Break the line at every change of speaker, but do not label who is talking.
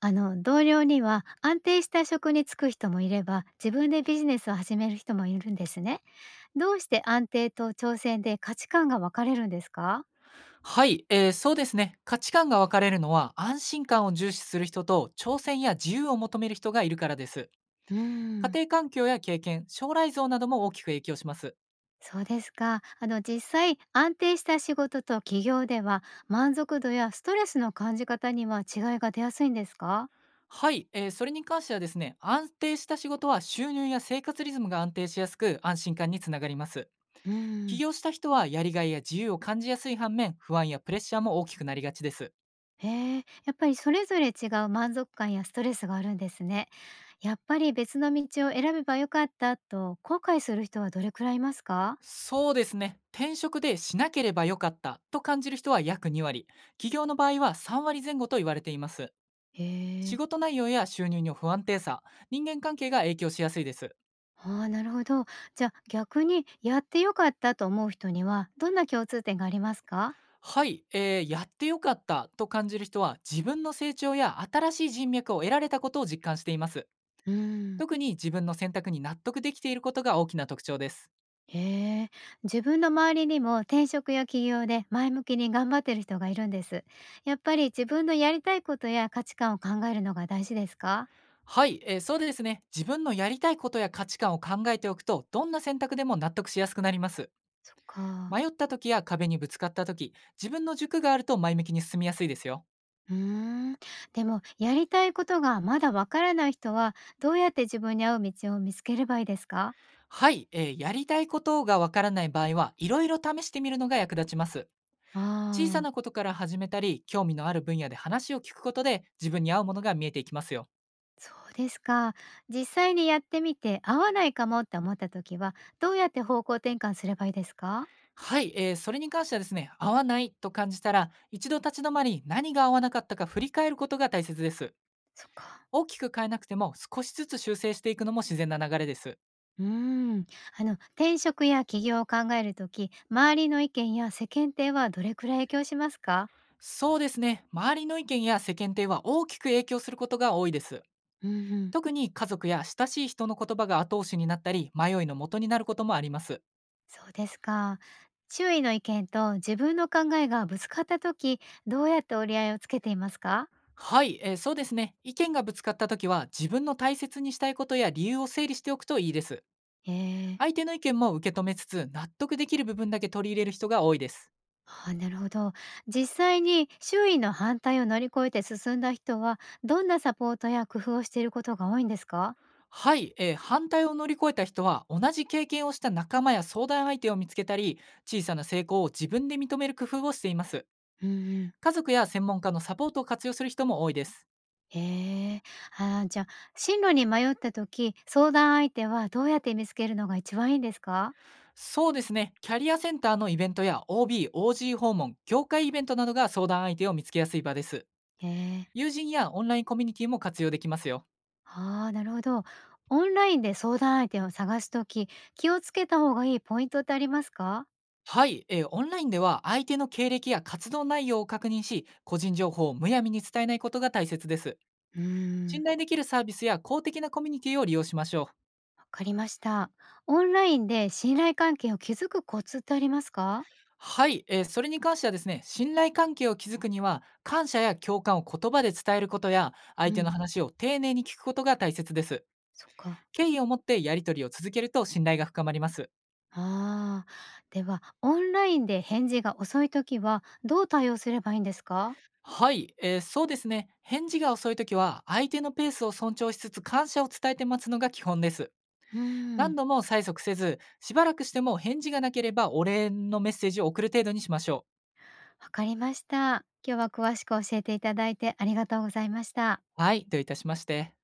あの、同僚には安定した職に就く人もいれば、自分でビジネスを始める人もいるんですね。どうして安定と挑戦で価値観が分かれるんですか？
はい、そうですね。価値観が分かれるのは安心感を重視する人と挑戦や自由を求める人がいるからです。
うー
家
ん。
庭環境や経験、将来像なども大きく影響します。
そうですか。あの、実際安定した仕事と企業では満足度やストレスの感じ方には違いが出やすいんですか？
はい、それに関してはですね、安定した仕事は収入や生活リズムが安定しやすく安心感につながります。
うー
起
ん。
業した人はやりがいや自由を感じやすい反面、不安やプレッシャーも大きくなりがちです。
へえ、やっぱりそれぞれ違う満足感やストレスがあるんですね。やっぱり別の道を選べばよかったと後悔する人はどれくらいいますか？
そうですね。転職でしなければよかったと感じる人は約2割、起業の場合は3割前後と言われています。
へ
仕
え。
事内容や収入の不安定さ、人間関係が影響しやすいです。
ああ、なるほど。じゃ、あ、逆にやって良かったと思う人には、どんな共通点がありますか？
はい、やってよかったと感じる人は自分の成長や新しい人脈を得られたことを実感しています。
うん。
特に自分の選択に納得できていることが大きな特徴です。
へえ。自分の周りにも転職や起業で前向きに頑張ってる人がいるんです。やっぱり自分のやりたいことや価値観を考えるのが大事ですか？
はい、そうですね。自分のやりたいことや価値観を考えておくと、どんな選択でも納得しやすくなります。
そっか。
迷った時や壁にぶつかった時、自分の軸があると前向きに進みやすいですよ。
うーん。でも、やりたいことがまだわからない人は、どうやって自分に合う道を見つければいいですか？
はい、やりたいことがわからない場合は、いろいろ試してみるのが役立ちます。小さ
ああ
な
ー。
ことから始めたり、興味のある分野で話を聞くことで、自分に合うものが見えていきますよ。
そうですか。実際にやってみて合わないかもって思った時はどうやって方向転換すればいいですか？
はい、それに関してはですね、合わないと感じたら、一度立ち止まり、何が合わなかったか振り返ることが大切です。
そっか。
大きく変えなくても、少しずつ修正していくのも自然な流れです。
うーん。あの、転職や起業を考える時、周りの意見や世間体はどれくらい影響しますか？
そうですね、周りの意見や世間体は大きく影響することが多いです。
うんうん。
特に家族や親しい人の言葉が後押しになったり、迷いの元になることもあります。
そうですか。周囲の意見と自分の考えがぶつかった時、どうやって折り合いをつけていますか？
はい、そうですね。意見がぶつかった時は、自分の大切にしたいことや理由を整理しておくといいです。
へえ。
相手の意見も受け止めつつ、納得できる部分だけ取り入れる人が多いです。
ああ、なるほど。実際に周囲の反対を乗り越えて進んだ人は、どんなサポートや工夫をしていることが多いんですか？
はい、反対を乗り越えた人は、同じ経験をした仲間や相談相手を見つけたり、小さな成功を自分で認める工夫をしています。
うんうん。
家族や専門家のサポートを活用する人も多いです。
へえ。ああ、じゃ、あ、進路に迷った時、相談相手はどうやって見つけるのが一番いいんですか？
そうですね。キャリアセンターのイベントや OB、OG 訪問、業界イベントなどが相談相手を見つけやすい場です。
へえ。
友人やオンラインコミュニティも活用できますよ。
ああ、なるほど。オンラインで相談相手を探す時、気をつけた方がいいポイントってありますか？
はい、オンラインでは相手の経歴や活動内容を確認し、個人情報をむやみに伝えないことが大切です。
うー
信
ん。
頼できるサービスや公的なコミュニティを利用しましょう。
わかりました。オンラインで信頼関係を築くコツってありますか？
はい、それに関してはですね、信頼関係を築くには、感謝や共感を言葉で伝えることや、相
う
手の
ん。
話を丁寧に聞くことが大切です。
そっか。
敬意を持ってやり取りを続けると信頼が深まります。
ああ、ではオンラインで返事が遅い時はどう対応すればいいんですか？
はい、そうですね。返事が遅いときは、相手のペースを尊重しつつ感謝を伝えて待つのが基本です。
う
何
ん、
度も催促せず、しばらくしても返事がなければお礼のメッセージを送る程度にしましょ
わかりました。今日は詳しく教えていただいてありがとうございました。
う。はい、といたしまして。